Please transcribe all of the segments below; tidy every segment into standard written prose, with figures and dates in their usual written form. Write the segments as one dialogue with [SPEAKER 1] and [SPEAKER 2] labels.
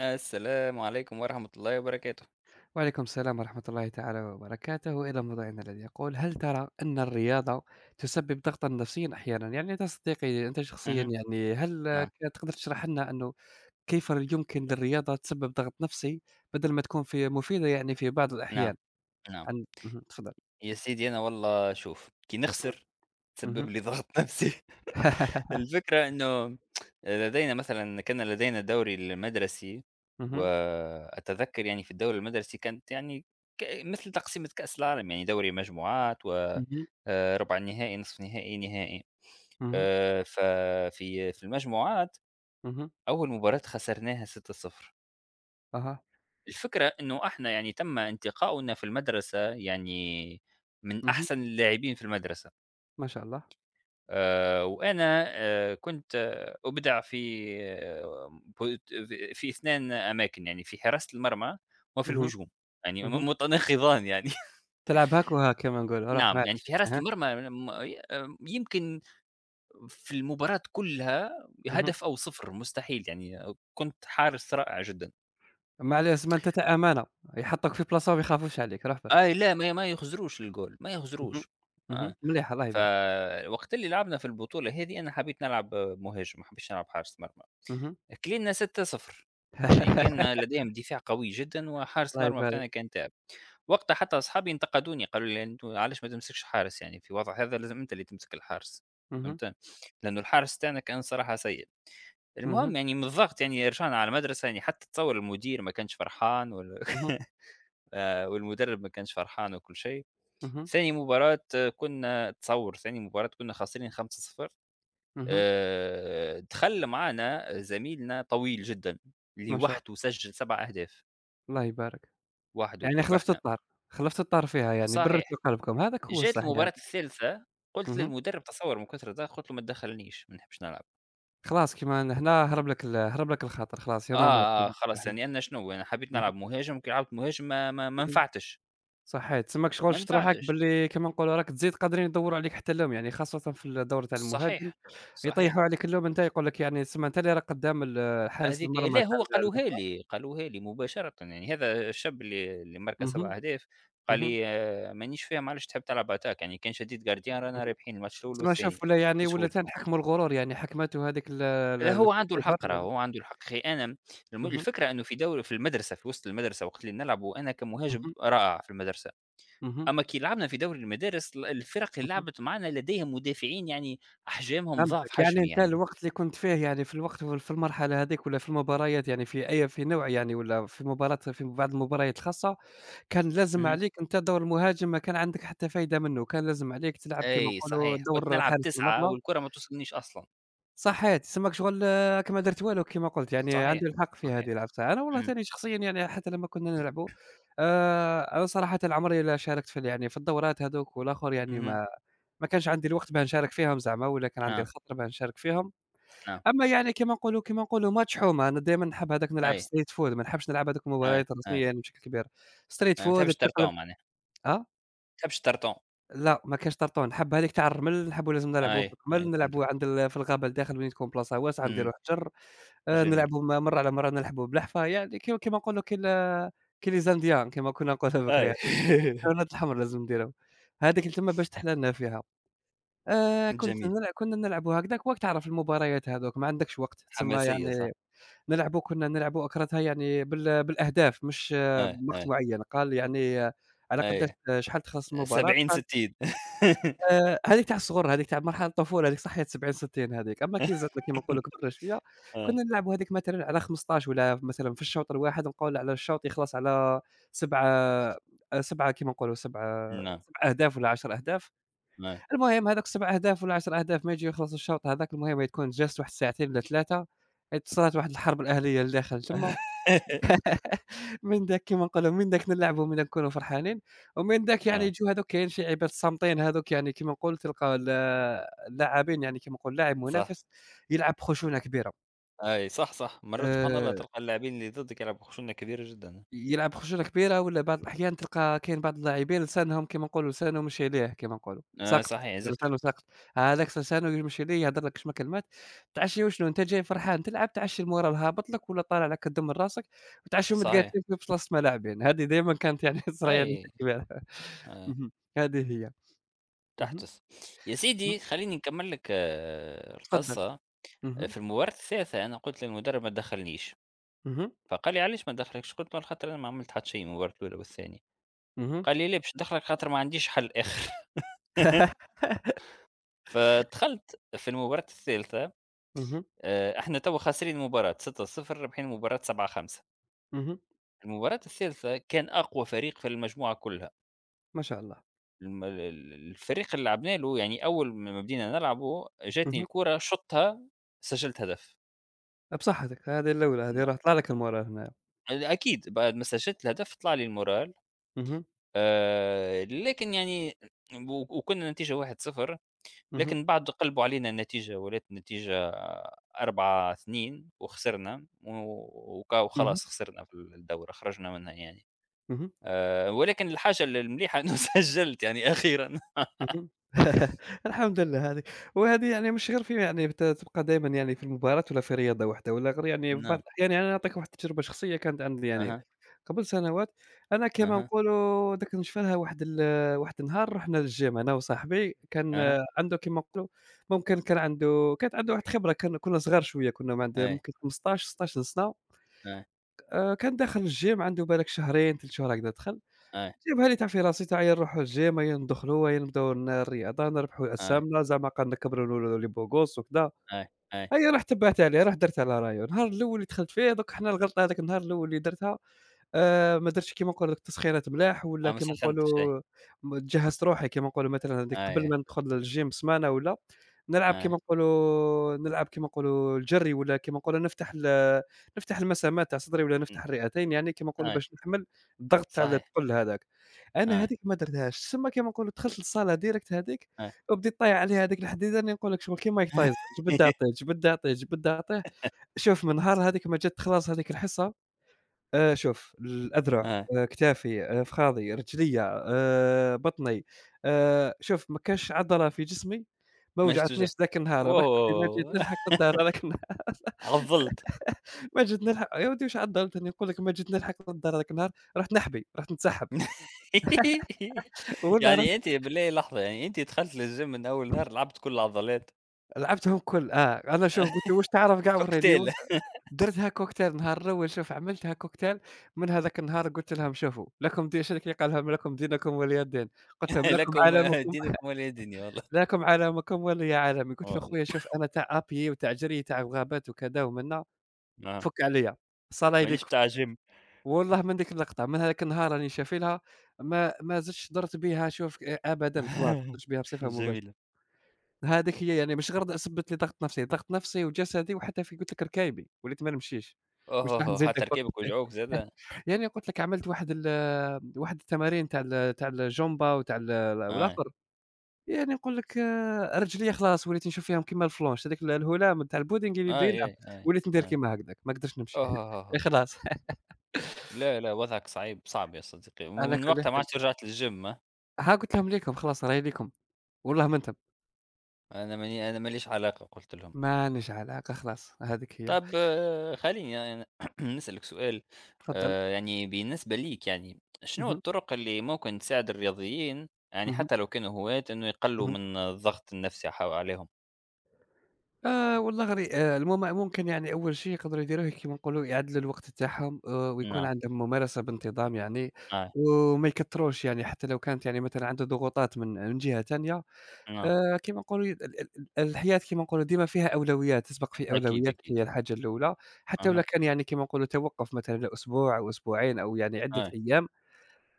[SPEAKER 1] السلام عليكم ورحمة الله وبركاته.
[SPEAKER 2] وعليكم السلام ورحمة الله تعالى وبركاته. إلى موضوعنا الذي يقول: هل ترى أن الرياضة تسبب ضغطا نفسيا أحيانا؟ يعني أنت صديقي أنت شخصيا،
[SPEAKER 1] اهم،
[SPEAKER 2] يعني هل
[SPEAKER 1] نعم،
[SPEAKER 2] تقدر تشرح لنا أنه كيف يمكن للرياضة تسبب ضغط نفسي بدل ما تكون في مفيدة، يعني في بعض
[SPEAKER 1] نعم،
[SPEAKER 2] الأحيان؟
[SPEAKER 1] نعم.
[SPEAKER 2] عن مهم. تفضل.
[SPEAKER 1] يا سيدي أنا والله شوف، كي
[SPEAKER 2] مهم.
[SPEAKER 1] نخسر تسبب لي ضغط نفسي. الفكرة إنه لدينا مثلًا كان لدينا الدوري المدرسي،
[SPEAKER 2] مهم.
[SPEAKER 1] وأتذكر يعني في الدوري المدرسي كانت يعني ك مثل تقسيمة كأس العالم، يعني دوري مجموعات و
[SPEAKER 2] مهم.
[SPEAKER 1] ربع النهائي، نصف نهائي، نهائي.
[SPEAKER 2] مهم.
[SPEAKER 1] ففي في المجموعات
[SPEAKER 2] مهم.
[SPEAKER 1] أول مباراة خسرناها 6-0.
[SPEAKER 2] أها.
[SPEAKER 1] الفكرة إنه إحنا يعني تم انتقاؤنا في المدرسة يعني من
[SPEAKER 2] مهم.
[SPEAKER 1] أحسن اللاعبين في المدرسة،
[SPEAKER 2] ما شاء الله.
[SPEAKER 1] وأنا كنت أُبدع في بوت في في 2 أماكن، يعني في حراسة المرمى وفي
[SPEAKER 2] مهم.
[SPEAKER 1] الهجوم، يعني
[SPEAKER 2] مهم.
[SPEAKER 1] م متناقضان يعني
[SPEAKER 2] تلعب هاك وهاك كما نقول، راح
[SPEAKER 1] نعم، يعني في
[SPEAKER 2] معلش.
[SPEAKER 1] حراسة
[SPEAKER 2] أها،
[SPEAKER 1] المرمى م يمكن في المباراة كلها هدف أو 0 مستحيل يعني كنت حارس رائع جدًا.
[SPEAKER 2] معليش زعما أنت تا أمانة، يحطّوك في بلاصة وما يخافوش عليك، راه بالك.
[SPEAKER 1] آه، لأ ما يخزروش الجول، ما
[SPEAKER 2] اهم،
[SPEAKER 1] يخزروش. آه.
[SPEAKER 2] اهم، مليح الله يبارك.
[SPEAKER 1] فوقت اللي لعبنا في البطولة هذه أنا حبيت نلعب مهاجم، ما حبيتش نلعب حارس مرمى،
[SPEAKER 2] اهم.
[SPEAKER 1] كلينا 6-0 يعني كان لديهم دفاع قوي جدًا وحارس
[SPEAKER 2] الله
[SPEAKER 1] المرمى
[SPEAKER 2] يبارك.
[SPEAKER 1] بتاعنا كان تعب، وقتها حتى أصحابي انتقدوني قالوا لي: "أنت علاش ما تمسكش حارس يعني في الوضع هذا لازم أنت اللي تمسك الحارس."
[SPEAKER 2] اهم،
[SPEAKER 1] فهمت؟ لأنه الحارس تاعنا كان صراحة سيء،
[SPEAKER 2] اهم،
[SPEAKER 1] المهم يعني من الضغط يعني رجعنا على المدرسة يعني حتى تصور المدير ما كانش فرحان وال
[SPEAKER 2] اهم،
[SPEAKER 1] والمدرب ما كانش فرحان وكل شيء.
[SPEAKER 2] اهم،
[SPEAKER 1] ثاني مباراة كنا تصوّر ثاني مباراة كنا خاسرين 5-0.
[SPEAKER 2] اهم،
[SPEAKER 1] دخل معانا زميلنا طويل جدًا، اللي
[SPEAKER 2] ما شاء
[SPEAKER 1] وحده
[SPEAKER 2] الله،
[SPEAKER 1] سجّل 7 أهداف،
[SPEAKER 2] الله يبارك.
[SPEAKER 1] وحده
[SPEAKER 2] يعني خلفتوا
[SPEAKER 1] ربحنا،
[SPEAKER 2] الطار، خلفتوا الطار فيها يعني،
[SPEAKER 1] صحيح.
[SPEAKER 2] بردتوا قلبكم، هذاك هو
[SPEAKER 1] جات
[SPEAKER 2] الصح
[SPEAKER 1] المباراة
[SPEAKER 2] يعني.
[SPEAKER 1] الثالثة. قُلت
[SPEAKER 2] اهم.
[SPEAKER 1] للمدرب تصوّر من كثرة الضغط قُلت له: "ما تدخّلنيش، ما نحبش نلعب."
[SPEAKER 2] خلاص كيما هنا هرب لك هرب لك الخاطر، خلاص يلاه
[SPEAKER 1] آه، آه،
[SPEAKER 2] مرحبا،
[SPEAKER 1] خلاص
[SPEAKER 2] احنا.
[SPEAKER 1] يعني أنا شنو أنا حبيت
[SPEAKER 2] اهم،
[SPEAKER 1] نلعب مهاجم، كي لعبت مهاجم ما
[SPEAKER 2] اهم.
[SPEAKER 1] نفعتش،
[SPEAKER 2] صحيت، تماك شغل
[SPEAKER 1] ما
[SPEAKER 2] شفت روحك
[SPEAKER 1] نفعتش،
[SPEAKER 2] باللي كيما نقولوا راك تزيد قادرين يدوروا عليك حتى اللوم، يعني خاصة في الدور تاع المهاجم.
[SPEAKER 1] صحيح،
[SPEAKER 2] يطيحوا
[SPEAKER 1] صحيح.
[SPEAKER 2] عليك اللوم، أنت يقول لك يعني تسمى أنت اللي راك قدام حارس
[SPEAKER 1] هذيك
[SPEAKER 2] المرمى
[SPEAKER 1] لا
[SPEAKER 2] تاع
[SPEAKER 1] هو قالوها
[SPEAKER 2] الأخرى.
[SPEAKER 1] لي، قالوها لي مباشرة، يعني هذا الشاب اللي ماركا 7
[SPEAKER 2] اهم،
[SPEAKER 1] أهداف قال
[SPEAKER 2] اهم،
[SPEAKER 1] لي: آه، "مانيش فاهم علاش تحب تلعب Attack يعني كان شديد Gardien رانا
[SPEAKER 2] اهم.
[SPEAKER 1] رابحين الماتش الأول
[SPEAKER 2] تسمى شوف
[SPEAKER 1] والثاني
[SPEAKER 2] ولا يعني، ولا حتى
[SPEAKER 1] بسهولة."
[SPEAKER 2] نحكموا الغرور، يعني حكمته هذيك
[SPEAKER 1] لا هو عنده
[SPEAKER 2] الكبر.
[SPEAKER 1] الحق راهو، هو عنده الحق، أخي أنا.
[SPEAKER 2] اهم،
[SPEAKER 1] الفكرة إنه في دوري في المدرسة في وسط المدرسة وقت اللي نلعبوا أنا كمهاجم
[SPEAKER 2] اهم،
[SPEAKER 1] رائع في المدرسة،
[SPEAKER 2] اهم،
[SPEAKER 1] أما كي لعبنا في دوري المدارس الفرق اللي
[SPEAKER 2] اهم.
[SPEAKER 1] لعبت معانا لديهم مدافعين يعني أحجامهم ضعف
[SPEAKER 2] فهمتك، يعني
[SPEAKER 1] حجمي
[SPEAKER 2] أنت
[SPEAKER 1] يعني.
[SPEAKER 2] الوقت اللي كنت فيه يعني، في الوقت وفي المرحلة هذيك، والّا في المباريات، يعني في أي في نوع يعني، والّا في مباراة، في بعض المباريات الخاصة، كان لازم
[SPEAKER 1] اهم.
[SPEAKER 2] عليك أنت دور المهاجم ما كان عندك حتى فايدة منه، كان لازم عليك تلعب كيما
[SPEAKER 1] أي
[SPEAKER 2] نقولوا
[SPEAKER 1] صحيح، كنت
[SPEAKER 2] دور
[SPEAKER 1] نلعب
[SPEAKER 2] حارس
[SPEAKER 1] 9
[SPEAKER 2] المرمى.
[SPEAKER 1] والكرة ما توصلنيش أصلًا.
[SPEAKER 2] صحيت تسماك شغل راك ما درت والو كيما قلت، يعني
[SPEAKER 1] صحيح،
[SPEAKER 2] عنده الحق في
[SPEAKER 1] صحيح.
[SPEAKER 2] هذه لعبتها. أنا والله
[SPEAKER 1] إمم.
[SPEAKER 2] تاني شخصيًا، يعني حتى لمّا كنا نلعبوا، أنا صراحةً عمري لا شاركت في ال يعني في الدورات هذوك والآخر، يعني
[SPEAKER 1] اهم.
[SPEAKER 2] ما كانش عندي الوقت باه نشارك فيهم زعما، ولا كان عندي
[SPEAKER 1] نعم،
[SPEAKER 2] الخاطر باه نشارك فيهم.
[SPEAKER 1] نعم.
[SPEAKER 2] أمّا يعني كيما نقولوا، ماتش حومة، أنا دايمًا نحب هذاك نلعب
[SPEAKER 1] أي،
[SPEAKER 2] street food، ما نحبش نلعب هذوك
[SPEAKER 1] أي،
[SPEAKER 2] المباريات
[SPEAKER 1] أي،
[SPEAKER 2] الرسمية يعني بشكل كبير. street
[SPEAKER 1] أي ما
[SPEAKER 2] food
[SPEAKER 1] تحبش ترتوه
[SPEAKER 2] تقلب
[SPEAKER 1] معناها،
[SPEAKER 2] آه،
[SPEAKER 1] ما تحبش ترتوه.
[SPEAKER 2] لأ ما كانش طرطون، نحب هذيك تاع الرمل، نحبوا لازم نلعبوا في
[SPEAKER 1] أي، أي
[SPEAKER 2] الرمل، نلعبوا
[SPEAKER 1] فهمتك.
[SPEAKER 2] عند في الغابة لداخل وين تكون بلاصة واسعة
[SPEAKER 1] إمم،
[SPEAKER 2] نديروا حجر.
[SPEAKER 1] جميل.
[SPEAKER 2] نلعبوا مرة على مرة نلعبوا بلحفة، يعني كي كيما نقولوا كي ال كي les indians كيما كنا نقولوا بكري،
[SPEAKER 1] أي
[SPEAKER 2] الحيوانات الحمر لازم نديرهم، هذيك اللي تما باش تحلى لنا فيها. كنت
[SPEAKER 1] جميل،
[SPEAKER 2] نلع كنا نلعبوا هكذاك، وقت تعرف المباريات هذوك ما عندكش وقت، تسمى
[SPEAKER 1] حماسية صح.
[SPEAKER 2] يعني نلعبوا، كنا نلعبوا أكرتها يعني بالأهداف مش
[SPEAKER 1] أي،
[SPEAKER 2] بوقت
[SPEAKER 1] أي،
[SPEAKER 2] معيّن، قال يعني على قداش،
[SPEAKER 1] أي،
[SPEAKER 2] شحال تخلّص المباراة
[SPEAKER 1] 70
[SPEAKER 2] قال،
[SPEAKER 1] 60
[SPEAKER 2] هاذيك تاع الصغر، هاذيك تاع مرحلة الطفولة هاذيك، صحيت 70، 60 هاذيك. أمّا كي زدنا كيما نقولوا كبرنا شوية،
[SPEAKER 1] آه،
[SPEAKER 2] كنا نلعبوا هاذيك مثلًا على 15، والّا مثلًا في الشوط الواحد نقول على الشوط يخلص على 7، 7 كيما نقولوا، 7
[SPEAKER 1] نعم،
[SPEAKER 2] 7 أهداف والّا 10 أهداف.
[SPEAKER 1] أي
[SPEAKER 2] المهم هاذوك 7 أهداف والّا 10 أهداف، ما يجي يخلص الشوط هاذاك، المهم تكون جازت واحد ساعتين والّا 3، صارت واحد الحرب الأهلية لداخل تما. من داك كيما نقولوا، من داك نلعبوا، من داك نكونوا فرحانين. ومن داك يعني
[SPEAKER 1] آه،
[SPEAKER 2] يجيو هاذوك، كاين شي عباد صامتين هاذوك، يعني كيما نقول تلقى ال اللاعبين، يعني كيما نقول لاعب
[SPEAKER 1] صح.
[SPEAKER 2] منافس يلعب بخشونة كبيرة.
[SPEAKER 1] أي صح، صح. مرات سبحان
[SPEAKER 2] آآ
[SPEAKER 1] الله تلقى اللاعبين اللي ضدك يلعبوا خشونة كبيرة جدًا.
[SPEAKER 2] يلعب بخشونة كبيرة، والّا بعض الأحيان تلقى كاين بعض اللاعبين لسانهم كيما نقولوا، لسانه مشي ليه كيما نقولوا،
[SPEAKER 1] آه،
[SPEAKER 2] ساقط،
[SPEAKER 1] صحيح، زفر.
[SPEAKER 2] لسانه ساقط، هذاك لسانه يمشي ليه يهضر لك شمن كلمات. تعشيو شنو أنت جاي فرحان تلعب، تعشي المورال هابط لك ولا طالع لك الدم من راسك، وتعشيو
[SPEAKER 1] صحيح.
[SPEAKER 2] متقاتلين في بلاصة ما لاعبين، هذه دايمًا كانت يعني صرايع
[SPEAKER 1] أي،
[SPEAKER 2] مشاكل كبيرة.
[SPEAKER 1] أي.
[SPEAKER 2] اهم. هذه هي. اهم،
[SPEAKER 1] تحدث. يا
[SPEAKER 2] اهم.
[SPEAKER 1] سيدي خلّيني نكمّل لك
[SPEAKER 2] تفضّل.
[SPEAKER 1] القصّة. آه،
[SPEAKER 2] اهم،
[SPEAKER 1] في المباراة الثالثة أنا قُلت للمدرب ما تدخّلنيش،
[SPEAKER 2] اهم،
[SPEAKER 1] فقال لي: "علاش ما ندخّلكش؟" قُلت له: "على خاطر أنا ما عملت حتى شي المباراة الأولى والثانية."
[SPEAKER 2] اهم،
[SPEAKER 1] قال لي: "لأ باش ندخّلك خاطر ما عنديش حل آخر." فدخلت في المباراة الثالثة.
[SPEAKER 2] اهم،
[SPEAKER 1] إحنا توا خاسرين المباراة 6-0 رابحين المباراة 7-5.
[SPEAKER 2] اهم.
[SPEAKER 1] المباراة الثالثة كان أقوى فريق في المجموعة كلّها،
[SPEAKER 2] ما شاء الله.
[SPEAKER 1] الم ال ال الفريق اللي لعبنا له يعني أول ما بدينا نلعبه جاتني
[SPEAKER 2] اهم.
[SPEAKER 1] الكورة شُطّها سجّلت هدف.
[SPEAKER 2] بصحتك، هذه الأولى، هذه راح تطلع لك المورال هنايا.
[SPEAKER 1] يعني أكيد بعد ما سجلت الهدف طلع لي المورال.
[SPEAKER 2] اهم،
[SPEAKER 1] لكن يعني و وكنا نتيجة 1-0،
[SPEAKER 2] اهم،
[SPEAKER 1] لكن بعد قلبوا علينا النتيجة ولات النتيجة 4-2 وخسرنا و وك
[SPEAKER 2] اهم،
[SPEAKER 1] وخلاص خسرنا في الدورة خرجنا منها يعني.
[SPEAKER 2] اهم.
[SPEAKER 1] ولكن الحاجة المليحة إنه سجلت يعني أخيرًا.
[SPEAKER 2] اهم. الحمد لله هذه. وهذه يعني مش غير في، يعني بت تبقى دايمًا يعني في المباراة ولا في رياضة واحدة ولا غير، يعني في بعض
[SPEAKER 1] نعم،
[SPEAKER 2] الأحيان. يعني أنا نعطيك واحد التجربة شخصية كانت عندي يعني
[SPEAKER 1] أها،
[SPEAKER 2] قبل سنوات. أنا كيما
[SPEAKER 1] أها،
[SPEAKER 2] نقولوا داك نشفى لها واحد النهار رُحنا للgym أنا وصاحبي، كان
[SPEAKER 1] أها،
[SPEAKER 2] عنده كيما نقولوا ممكن كان عنده، كانت عنده واحد الخبرة، كان كنا صغار شوية، كنا ما عندنا
[SPEAKER 1] أي،
[SPEAKER 2] ممكن 15، 16 سنة.
[SPEAKER 1] أي،
[SPEAKER 2] كان داخل الgym عنده بالك شهرين، 3 شهور هكذا دخل.
[SPEAKER 1] أي،
[SPEAKER 2] جايبها لي تاع في راسي تاع، يا نروحو الجيم، يا ندخلو، يا نبداو الرياضة، نربحو
[SPEAKER 1] أي،
[SPEAKER 2] الأسهمة، زعما قال نكبرو نولو لي بوغوس وكذا.
[SPEAKER 1] أي، أي،
[SPEAKER 2] أيا رحت تبعت عليه، رحت درت على رايو. النهار الأول اللي دخلت فيه دوك حنا الغلطة، هاذاك النهار الأول اللي درتها، ما درتش كيما نقولوا لك تسخينات ملاح، ولا
[SPEAKER 1] آه، ما
[SPEAKER 2] كيما
[SPEAKER 1] سخنتش أي،
[SPEAKER 2] نقولوا جهّزت روحي كيما نقولوا، مثلًا هذيك قبل
[SPEAKER 1] أي،
[SPEAKER 2] ما ندخل للgym بسمانة، ولا نلعب
[SPEAKER 1] أي،
[SPEAKER 2] كيما نقولوا، نلعب كيما نقولوا الجري، ولا كيما نقولوا نفتح نفتح المسامات تاع صدري، ولا
[SPEAKER 1] إمم،
[SPEAKER 2] نفتح الرئتين، يعني كيما نقولوا
[SPEAKER 1] أي،
[SPEAKER 2] باش نحمل الضغط تاع
[SPEAKER 1] صحيح،
[SPEAKER 2] الثقل هذاك. أنا
[SPEAKER 1] أي،
[SPEAKER 2] هذيك ما درتهاش، تسمى كيما نقولوا دخلت للصالة ديريكت هذيك،
[SPEAKER 1] أي.
[SPEAKER 2] وبديت طايح عليها هذيك الحديدة، اللي نقول لك شغل كي مايك تايسون، جبد أعطيه، جبد أعطيه، جبد أعطيه. شوف من نهار هذيك ما جات خلاص هذيك الحصة. شوف، الأذرع،
[SPEAKER 1] آه،
[SPEAKER 2] كتافي، فخاذي، رجليّا، بطني، شوف ما كانش عضلة في جسمي ما
[SPEAKER 1] ماشي
[SPEAKER 2] وجعتنيش
[SPEAKER 1] تجاه.
[SPEAKER 2] ذاك النهار، باك
[SPEAKER 1] واو!
[SPEAKER 2] ما
[SPEAKER 1] واو
[SPEAKER 2] جيت
[SPEAKER 1] واو.
[SPEAKER 2] نلحق للدار هذاك النهار.
[SPEAKER 1] عضّلت.
[SPEAKER 2] ما جيت نلحق يا ودي واش عضلتني، نقول لك ما جيت نلحق للدار هذاك النهار، رُحت نحبي، رُحت نتسحب، والله رحت.
[SPEAKER 1] يعني أنتِ بالله لحظة، يعني أنتِ دخلتِ للgym من أول نهار لعبتِ كل العضلات؟
[SPEAKER 2] لعبتهم كل آه، أنا شوف قُلت له: "واش تعرف كاع وريني" ولا-
[SPEAKER 1] كوكتيل.
[SPEAKER 2] درتها كوكتيل نهار الأول، شوف عملتها كوكتيل. من هذاك النهار قُلت لهم: "شوفوا لكم دي"، شنو كي قال لهم؟ "لكم دينكم ولي دين". قُلت لهم: "لكم
[SPEAKER 1] لكم
[SPEAKER 2] عالمكم"،
[SPEAKER 1] دينكم ولي ديني والله.
[SPEAKER 2] لاكم علامكم ولا لي علامي. قلت له: "خويا
[SPEAKER 1] والله،
[SPEAKER 2] شوف أنا تاع أبيي وتاع جري تاع الغابات وكذا ومنا،
[SPEAKER 1] آه،
[SPEAKER 2] فُك عليَّ، الصلاة
[SPEAKER 1] مانيش
[SPEAKER 2] يليكم".
[SPEAKER 1] بتاع gym.
[SPEAKER 2] والله من ديك اللقطة، من هذاك النهار راني شافي لها، ما زدتش درت بها شوف، أبدًا خلاص، ما درتش بها بصفة مباشرة.
[SPEAKER 1] جميلة.
[SPEAKER 2] هذيك هي، يعني مش غير سبّبت لي ضغط نفسي، ضغط نفسي وجسدي، وحتى في قلت لك ركايبي، وليت ما نمشيش. واش راح
[SPEAKER 1] أوهوهو
[SPEAKER 2] نزيد
[SPEAKER 1] حتى
[SPEAKER 2] لك وقت؟
[SPEAKER 1] ركابك وجعوك زادة؟
[SPEAKER 2] يعني قلت لك عملت واحد التمارين تاع تاع الجومبا وتاع ال
[SPEAKER 1] آه، أي،
[SPEAKER 2] والاخر. يعني نقول لك رجليّا خلاص وليت نشوف فيهم كيما الفلونش، هذاك الهلام تاع البودينغ اللي يبدا
[SPEAKER 1] أي،
[SPEAKER 2] يلعب،
[SPEAKER 1] أي،
[SPEAKER 2] وليت ندير
[SPEAKER 1] أي.
[SPEAKER 2] كيما هكذاك، ما قدرتش نمشي
[SPEAKER 1] أوهوهوه!
[SPEAKER 2] خلاص.
[SPEAKER 1] لا، لا وضعك صعيب، صعب يا صديقي،
[SPEAKER 2] على
[SPEAKER 1] ومن
[SPEAKER 2] كل
[SPEAKER 1] وقتها ما
[SPEAKER 2] حال
[SPEAKER 1] عدتش رجعت للgym ها؟
[SPEAKER 2] ها قلت لهم ليكم خلاص راهي ليكم، والله ما أنتم،
[SPEAKER 1] أنا ماني أنا ما ليش علاقة قُلت لهم.
[SPEAKER 2] ما نجعل هاكا خلاص، هذيك هي.
[SPEAKER 1] طب آه، خلّيني يعني نسألك سؤال.
[SPEAKER 2] تفضل.
[SPEAKER 1] يعني بالنسبة ليك يعني، شنو
[SPEAKER 2] اهم،
[SPEAKER 1] الطرق اللي ممكن تساعد الرياضيين يعني
[SPEAKER 2] اهم،
[SPEAKER 1] حتى لو كانوا هواة إنه يقلّلوا
[SPEAKER 2] اهم.
[SPEAKER 1] من الضغط النفسي ح عليهم؟
[SPEAKER 2] والله غير ممكن يعني أول شيء يقدروا يديروه كيما نقولوا يعدلوا الوقت تاعهم، ويكون
[SPEAKER 1] نعم،
[SPEAKER 2] عندهم ممارسة بانتظام يعني.
[SPEAKER 1] أي،
[SPEAKER 2] وما يكتروش يعني، حتى لو كانت يعني مثلًا عنده ضغوطات من جهة تانية،
[SPEAKER 1] نعم،
[SPEAKER 2] كيما نقولوا ال الحياة كيما نقولوا ديما فيها أولويات، تسبق في
[SPEAKER 1] أكيد،
[SPEAKER 2] أولوياتك
[SPEAKER 1] أكيد،
[SPEAKER 2] هي الحاجة الأولى. حتى ولو
[SPEAKER 1] أها،
[SPEAKER 2] كان يعني كيما نقولوا توقّف مثلًا لأسبوع أو أسبوعين أو يعني عدة
[SPEAKER 1] أي،
[SPEAKER 2] أيام،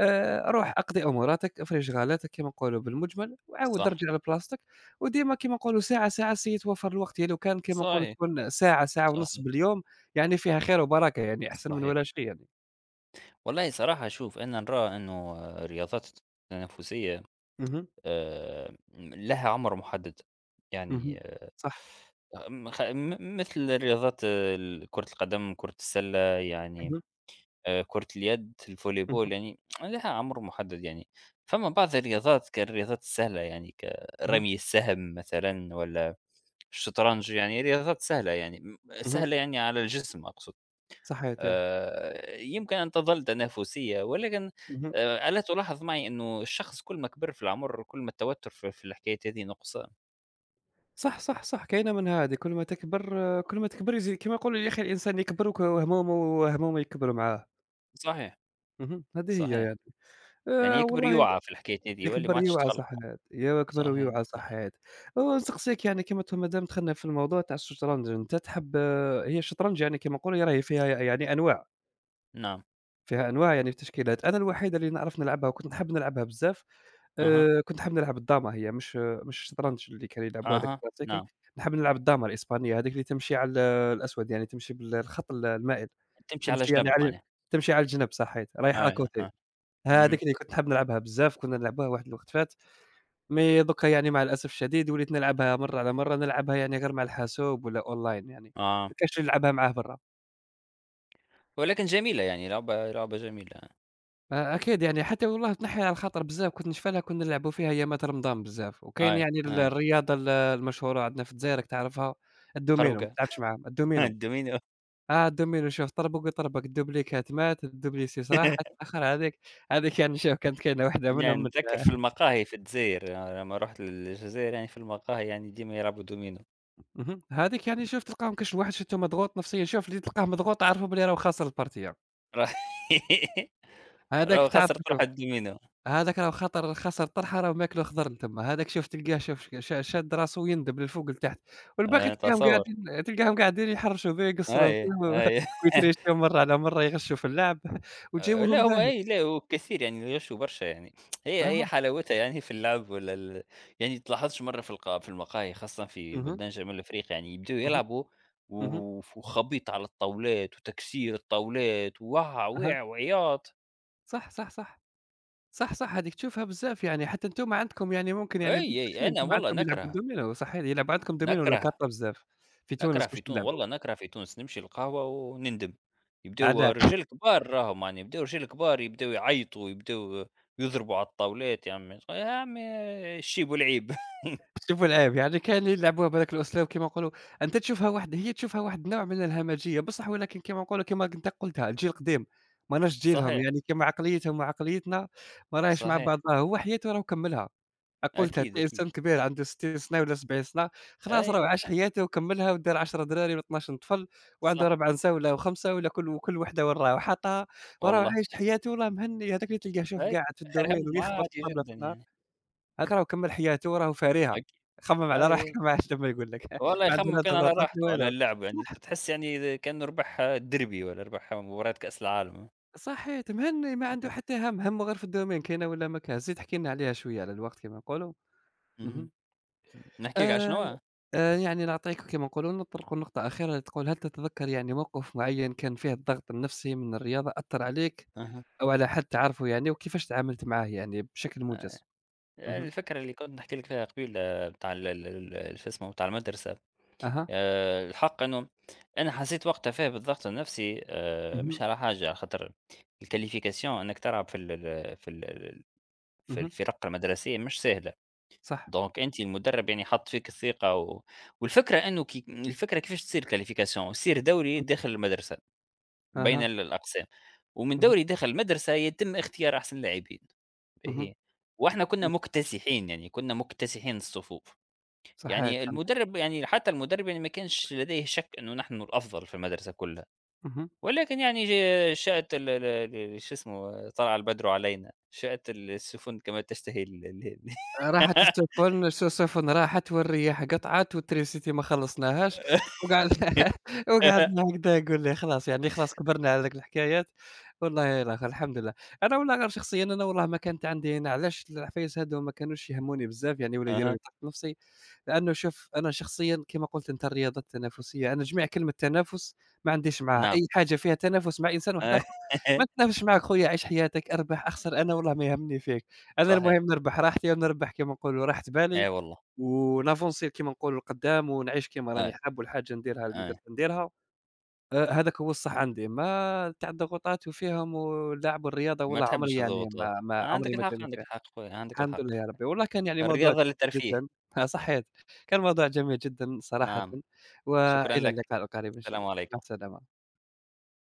[SPEAKER 2] روح اقضي أموراتك، افرج شغالاتك كيما نقولوا بالمجمل، وعاود
[SPEAKER 1] صح،
[SPEAKER 2] رجع لبلاصتك. وديما كيما نقولوا ساعة، ساعة سي يتوفر الوقت، يعني لو كان كيما نقولوا
[SPEAKER 1] صحيح،
[SPEAKER 2] تكون ساعة، ساعة ونص
[SPEAKER 1] صحيح،
[SPEAKER 2] باليوم، يعني فيها خير وبركة، يعني أحسن من
[SPEAKER 1] صحيح.
[SPEAKER 2] ولا شيء يعني.
[SPEAKER 1] والله صراحة شوف أنا نرى إنه الرياضات التنافسية
[SPEAKER 2] اهم،
[SPEAKER 1] لها عُمر محدد،
[SPEAKER 2] اهم،
[SPEAKER 1] يعني
[SPEAKER 2] صح.
[SPEAKER 1] م خ م مثل الرياضات آه، ال كرة القدم، كرة السلة، يعني
[SPEAKER 2] اهم،
[SPEAKER 1] كرة اليد،
[SPEAKER 2] اهم،
[SPEAKER 1] الفوليبول، يعني لها عمر محدد يعني. فما بعض الرياضات كالرياضات السهلة يعني
[SPEAKER 2] اهم،
[SPEAKER 1] كرمي السهم مثلًا والّا الشطرنج، يعني رياضات سهلة يعني م
[SPEAKER 2] اهم،
[SPEAKER 1] سهلة يعني على الجسم أقصد.
[SPEAKER 2] صحيتاه.
[SPEAKER 1] يمكن أن تظل تنافسية ولكن
[SPEAKER 2] اهم.
[SPEAKER 1] ألا تلاحظ معي إنه الشخص كل ما كبر في العمر كل ما التوتر في الحكايات هذه نقصان؟
[SPEAKER 2] صح، صح، صح، كاينة منها هذه، كل ما تكبر آه، كل ما تكبر يزيد كما يقولوا يا أخي، الإنسان يكبر وهمومه، وهمومه يكبروا معاه.
[SPEAKER 1] صحيح،
[SPEAKER 2] اهم، هذه هي
[SPEAKER 1] صحيح.
[SPEAKER 2] يعني.
[SPEAKER 1] يعني يكبر
[SPEAKER 2] والله
[SPEAKER 1] يوعى في الحكاية هذي ولا ما
[SPEAKER 2] يكبر
[SPEAKER 1] عادش
[SPEAKER 2] يوعى
[SPEAKER 1] تخلق.
[SPEAKER 2] صح هاد، يكبر
[SPEAKER 1] صحيح،
[SPEAKER 2] ويوعى صح
[SPEAKER 1] صحيح.
[SPEAKER 2] هاد. ونسقسيك يعني كيما مادام دخلنا في الموضوع تاع الشطرنج، أنت تحب هي الشطرنج يعني كيما نقولوا راهي فيها يعني أنواع.
[SPEAKER 1] نعم.
[SPEAKER 2] فيها أنواع، يعني في التشكيلات، أنا الوحيدة اللي نعرف نلعبها وكنت نحب نلعبها بزاف.
[SPEAKER 1] أها،
[SPEAKER 2] كنت نحب نلعب الداما، هي مش الشطرنج اللي كانوا يلعبوه هذاك
[SPEAKER 1] أها،
[SPEAKER 2] الكلاسيكي.
[SPEAKER 1] نعم.
[SPEAKER 2] نحب نلعب الداما الإسبانية، هذيك اللي تمشي على الأسود، يعني تمشي الخط المائل.
[SPEAKER 1] تمشي على
[SPEAKER 2] تمشي يعني
[SPEAKER 1] جنب
[SPEAKER 2] على،
[SPEAKER 1] معناها.
[SPEAKER 2] تمشي على الجنب صحيت، رايحة
[SPEAKER 1] أي
[SPEAKER 2] آكوتي.
[SPEAKER 1] أها، اهم،
[SPEAKER 2] هذيك اللي كنت نحب نلعبها بزاف، كنا نلعبوها واحد الوقت فات. مي دوكا يعني مع الأسف الشديد وليت نلعبها مرّة على مرّة، نلعبها يعني غير مع الحاسوب ولا أونلاين يعني،
[SPEAKER 1] آه.
[SPEAKER 2] ما كانش اللي يلعبها معاه برا.
[SPEAKER 1] ولكن جميلة يعني لعبة لعبة جميلة.
[SPEAKER 2] آه، أكيد يعني، حتى والله تنحي على الخاطر بزاف كنت نشفى لها، كنا نلعبوا فيها أيامات رمضان بزاف. وكاين
[SPEAKER 1] أي،
[SPEAKER 2] يعني
[SPEAKER 1] أي.
[SPEAKER 2] الرياضة المشهورة عندنا في الجزائر راك تعرفها، الدومينو ما
[SPEAKER 1] خربقة.
[SPEAKER 2] تلعبش معاهم، الدومينو.
[SPEAKER 1] الدومينو.
[SPEAKER 2] آه الدومينو، شوف طربق ويطربق، الدوبليكات مات، الدوبليسيس راح الآخر هاذيك. هاذيك يعني شوف كانت كاينة واحدة
[SPEAKER 1] يعني
[SPEAKER 2] منهم من
[SPEAKER 1] نتذكر في المقاهي في الجزاير لمّا رُحت للجزاير يعني في المقاهي يعني ديما يلعبوا دومينو.
[SPEAKER 2] اهم، هاذيك يعني شوف تلقاهم كاش الواحد شفتو مضغوط نفسيًا، شوف اللي تلقاه مضغوط اعرفوا بلي راهو خاسر البارتية.
[SPEAKER 1] ر راهو
[SPEAKER 2] هذاك تعرف،
[SPEAKER 1] خسرت روحها الدومينو.
[SPEAKER 2] هذاك راه خاطر خسر طرحة راه ماكله خضر لتما، هذاك شوف تلقاه شوف شاد راسه ويندب للفوق لتحت، والباقي تلقاهم
[SPEAKER 1] تصور.
[SPEAKER 2] قاعدين، تلقاهم قاعدين يحرشوا بيه يقصروا
[SPEAKER 1] أي،
[SPEAKER 2] بيه،
[SPEAKER 1] أي.
[SPEAKER 2] ويتريشيو مرة على مرة يغشوا في اللعب،
[SPEAKER 1] لأ
[SPEAKER 2] وجوهم
[SPEAKER 1] هم
[SPEAKER 2] باهي.
[SPEAKER 1] إيه، لأ وكثير يعني غشوا برشا يعني هي هي
[SPEAKER 2] أها،
[SPEAKER 1] حلاوتها يعني في اللعب ولا ال. يعني تلاحظش مرّة في المقاهي خاصةً في
[SPEAKER 2] اهم،
[SPEAKER 1] بلدان شمال أفريقيا يعني يبدؤوا
[SPEAKER 2] اهم،
[SPEAKER 1] يلعبوا و
[SPEAKER 2] اهم،
[SPEAKER 1] وخبيط على الطاولات وتكسير الطاولات ووَع
[SPEAKER 2] أها،
[SPEAKER 1] وِع وعياط.
[SPEAKER 2] صح، صح، صح، صح، صح، هذيك تشوفها بزاف، يعني حتى أنتم عندكم يعني ممكن يعني
[SPEAKER 1] أي،
[SPEAKER 2] بنفس الشيء،
[SPEAKER 1] أي، أنا
[SPEAKER 2] أنتم
[SPEAKER 1] والله
[SPEAKER 2] عندكم يلعبوا
[SPEAKER 1] نكره،
[SPEAKER 2] الدومينو صحيح، يلعب عندكم دومينو والّا
[SPEAKER 1] نكره،
[SPEAKER 2] كارطة بزاف، في
[SPEAKER 1] نكره
[SPEAKER 2] تونس مش
[SPEAKER 1] في تون
[SPEAKER 2] يلعبوا.
[SPEAKER 1] والله نكره في تونس نمشي للقهوة ونندم. يبدؤوا
[SPEAKER 2] علاه؟
[SPEAKER 1] الرجال كبار راهم يعني يبدؤوا رجال كبار يبدؤوا يعيطوا، يبدؤوا يضربوا على الطاولات يا عمي، يا عمي الشيب والعيب.
[SPEAKER 2] شوفوا العيب، يعني كاين اللي يلعبوها بهذاك الأسلوب كيما نقولوا. أنت تشوفها واحد، هي تشوفها واحد النوع من الهمجية بصح، ولكن كيما نقولوا كيما أنت قلتها الجيل القديم، ماناش جيلهم،
[SPEAKER 1] صحيح،
[SPEAKER 2] يعني كيما عقليتهم وعقليتنا ما راهيش مع
[SPEAKER 1] صحيح.
[SPEAKER 2] بعضها، هو حياته راه كمّلها. قلتها
[SPEAKER 1] أكيد،
[SPEAKER 2] أنت
[SPEAKER 1] أكيد.
[SPEAKER 2] إنسان كبير عنده 60 سنة والّا 70 سنة، خلاص راه
[SPEAKER 1] أي،
[SPEAKER 2] عاش حياته وكمّلها ودار 10 دراري والّا 12 طفل، وعنده
[SPEAKER 1] صح
[SPEAKER 2] 4 نساء والّا و5، والّا كل وكل وحدة وين راها وحاطها. وراه
[SPEAKER 1] والله.
[SPEAKER 2] عايش حياته وراه مهني، هذاك اللي تلقاه شوف
[SPEAKER 1] أي،
[SPEAKER 2] قاعد في
[SPEAKER 1] آخر
[SPEAKER 2] الدومين
[SPEAKER 1] همّه
[SPEAKER 2] ويخبط
[SPEAKER 1] عادي
[SPEAKER 2] الطبلة في
[SPEAKER 1] جدًا
[SPEAKER 2] النهار،
[SPEAKER 1] يعني.
[SPEAKER 2] هاك راه كمّل حياته راه فارهة،
[SPEAKER 1] أكي
[SPEAKER 2] خمّم على روحك.
[SPEAKER 1] أي،
[SPEAKER 2] ما عادش لمّا يقول لك، ما
[SPEAKER 1] والله
[SPEAKER 2] عنده
[SPEAKER 1] يخمم
[SPEAKER 2] لا
[SPEAKER 1] كان على
[SPEAKER 2] ضغوطات لا
[SPEAKER 1] راحته على
[SPEAKER 2] والو.
[SPEAKER 1] اللعب يعني،
[SPEAKER 2] صح.
[SPEAKER 1] ت تحس يعني إذا كأنه ربح derby والّا ربح مباراة كأس العالم.
[SPEAKER 2] صحيت مهني ما عنده حتى هَم، هَمّه غير في الdomain كاينة والّا ما كايناش، زيد احكِ لنا عليها شوية على الوقت كما نقولوا.
[SPEAKER 1] اهم.
[SPEAKER 2] اهم.
[SPEAKER 1] نحكي لك على
[SPEAKER 2] آآ،
[SPEAKER 1] شنو؟
[SPEAKER 2] يعني نعطيك كما نقولوا نطرقوا نقطة أخيرة اللي تقول: هل تتذكر يعني موقف معيّن كان فيه الضغط النفسي من الرياضة أثّر عليك،
[SPEAKER 1] أها.
[SPEAKER 2] أو على حد تعرفه يعني، وكيفاش تعاملت معاه يعني بشكل موجز؟ اهم،
[SPEAKER 1] الفكرة اللي كنت نحكي لك فيها قبيل آه، بتاع ال ال ال شو اسمه، بتاع المدرسة.
[SPEAKER 2] أها،
[SPEAKER 1] الحق إنه أنا حسّيت وقتها فيه بالضغط النفسي مش
[SPEAKER 2] اهم،
[SPEAKER 1] على حاجة، على خاطر الqualification إنك تلعب في ال ال في ال ال في
[SPEAKER 2] اهم،
[SPEAKER 1] الفرق المدرسية مش سهلة،
[SPEAKER 2] صح،
[SPEAKER 1] دونك أنت المدرب يعني حَط فيك الثقة و. والفكرة إنه كي الفكرة كيفاش تصير الqualification يصير دوري
[SPEAKER 2] اهم،
[SPEAKER 1] داخل المدرسة بين
[SPEAKER 2] أها،
[SPEAKER 1] الأقسام، ومن
[SPEAKER 2] اهم،
[SPEAKER 1] دوري داخل المدرسة يتم اختيار أحسن لاعبين،
[SPEAKER 2] اهم،
[SPEAKER 1] باهي، وإحنا كنا مُكتسحين يعني كنا مُكتسحين الصفوف.
[SPEAKER 2] صحيت
[SPEAKER 1] يعني
[SPEAKER 2] فهمت.
[SPEAKER 1] المدرب يعني حتى المدرب يعني ما كانش لديه شك إنه نحن الأفضل في المدرسة كلها،
[SPEAKER 2] اهم.
[SPEAKER 1] ولكن يعني ج شاءت ال ال ال شو اسمه طلع البدر علينا، شاءت ال السفن كما تشتهي
[SPEAKER 2] راحت السفن سفن راحت والرياح قطعت والتريسيتي ما خلّصناهاش، وقعدنا، وقعدنا هكذا نقول لي خلاص، يعني خلاص كبرنا على ذيك الحكايات، والله الآخر الحمد لله. أنا والله غير شخصيًا، أنا والله ما كانت عندي، أنا علاش العفايس هاذو ما كانوش يهموني بزاف يعني، ولا يديروا
[SPEAKER 1] أها،
[SPEAKER 2] لي ضغط نفسي. لأنه شوف أنا شخصيًا كيما قُلت أنت الرياضة التنافسية، أنا جميع كلمة تنافس ما عنديش معاها،
[SPEAKER 1] نعم.
[SPEAKER 2] أي حاجة فيها تنافس مع إنسان واحد آخر، ما نتنافسش معاك خويا، عيش حياتك، أربح، أخسر، أنا والله ما يهمني فيها. أنا
[SPEAKER 1] صحيح،
[SPEAKER 2] المهم نربح راحتي، ونربح كيما نقولوا راحة بالي،
[SPEAKER 1] أي والله،
[SPEAKER 2] ونافونسي كيما نقولوا لقدام، ونعيش كيما راني
[SPEAKER 1] أي،
[SPEAKER 2] حاب، والحاجة نديرها اللي
[SPEAKER 1] أي،
[SPEAKER 2] درت نديرها. هذاك هو الصح عندي، ما تاع الضغوطات وفيهم واللعب والرياضة
[SPEAKER 1] ما
[SPEAKER 2] والله عمري
[SPEAKER 1] تحبش
[SPEAKER 2] يعني
[SPEAKER 1] الضغوطات،
[SPEAKER 2] ما
[SPEAKER 1] عندك
[SPEAKER 2] عمري ما
[SPEAKER 1] الحق،
[SPEAKER 2] جاني
[SPEAKER 1] عندك
[SPEAKER 2] فيها.
[SPEAKER 1] الحق خويا، عندك
[SPEAKER 2] الحمد
[SPEAKER 1] الحق،
[SPEAKER 2] لله يا ربي، والله كان يعني موضوع
[SPEAKER 1] الرياضة
[SPEAKER 2] جميل
[SPEAKER 1] للترفيه،
[SPEAKER 2] جدًا آه صحيت، كان موضوع جميل جدًا صراحةً،
[SPEAKER 1] نعم، شكرًا
[SPEAKER 2] وإلى
[SPEAKER 1] لك،
[SPEAKER 2] اللقاء القريب إن شاء
[SPEAKER 1] السلام
[SPEAKER 2] الله، مع
[SPEAKER 1] عليكم.
[SPEAKER 2] السلامة.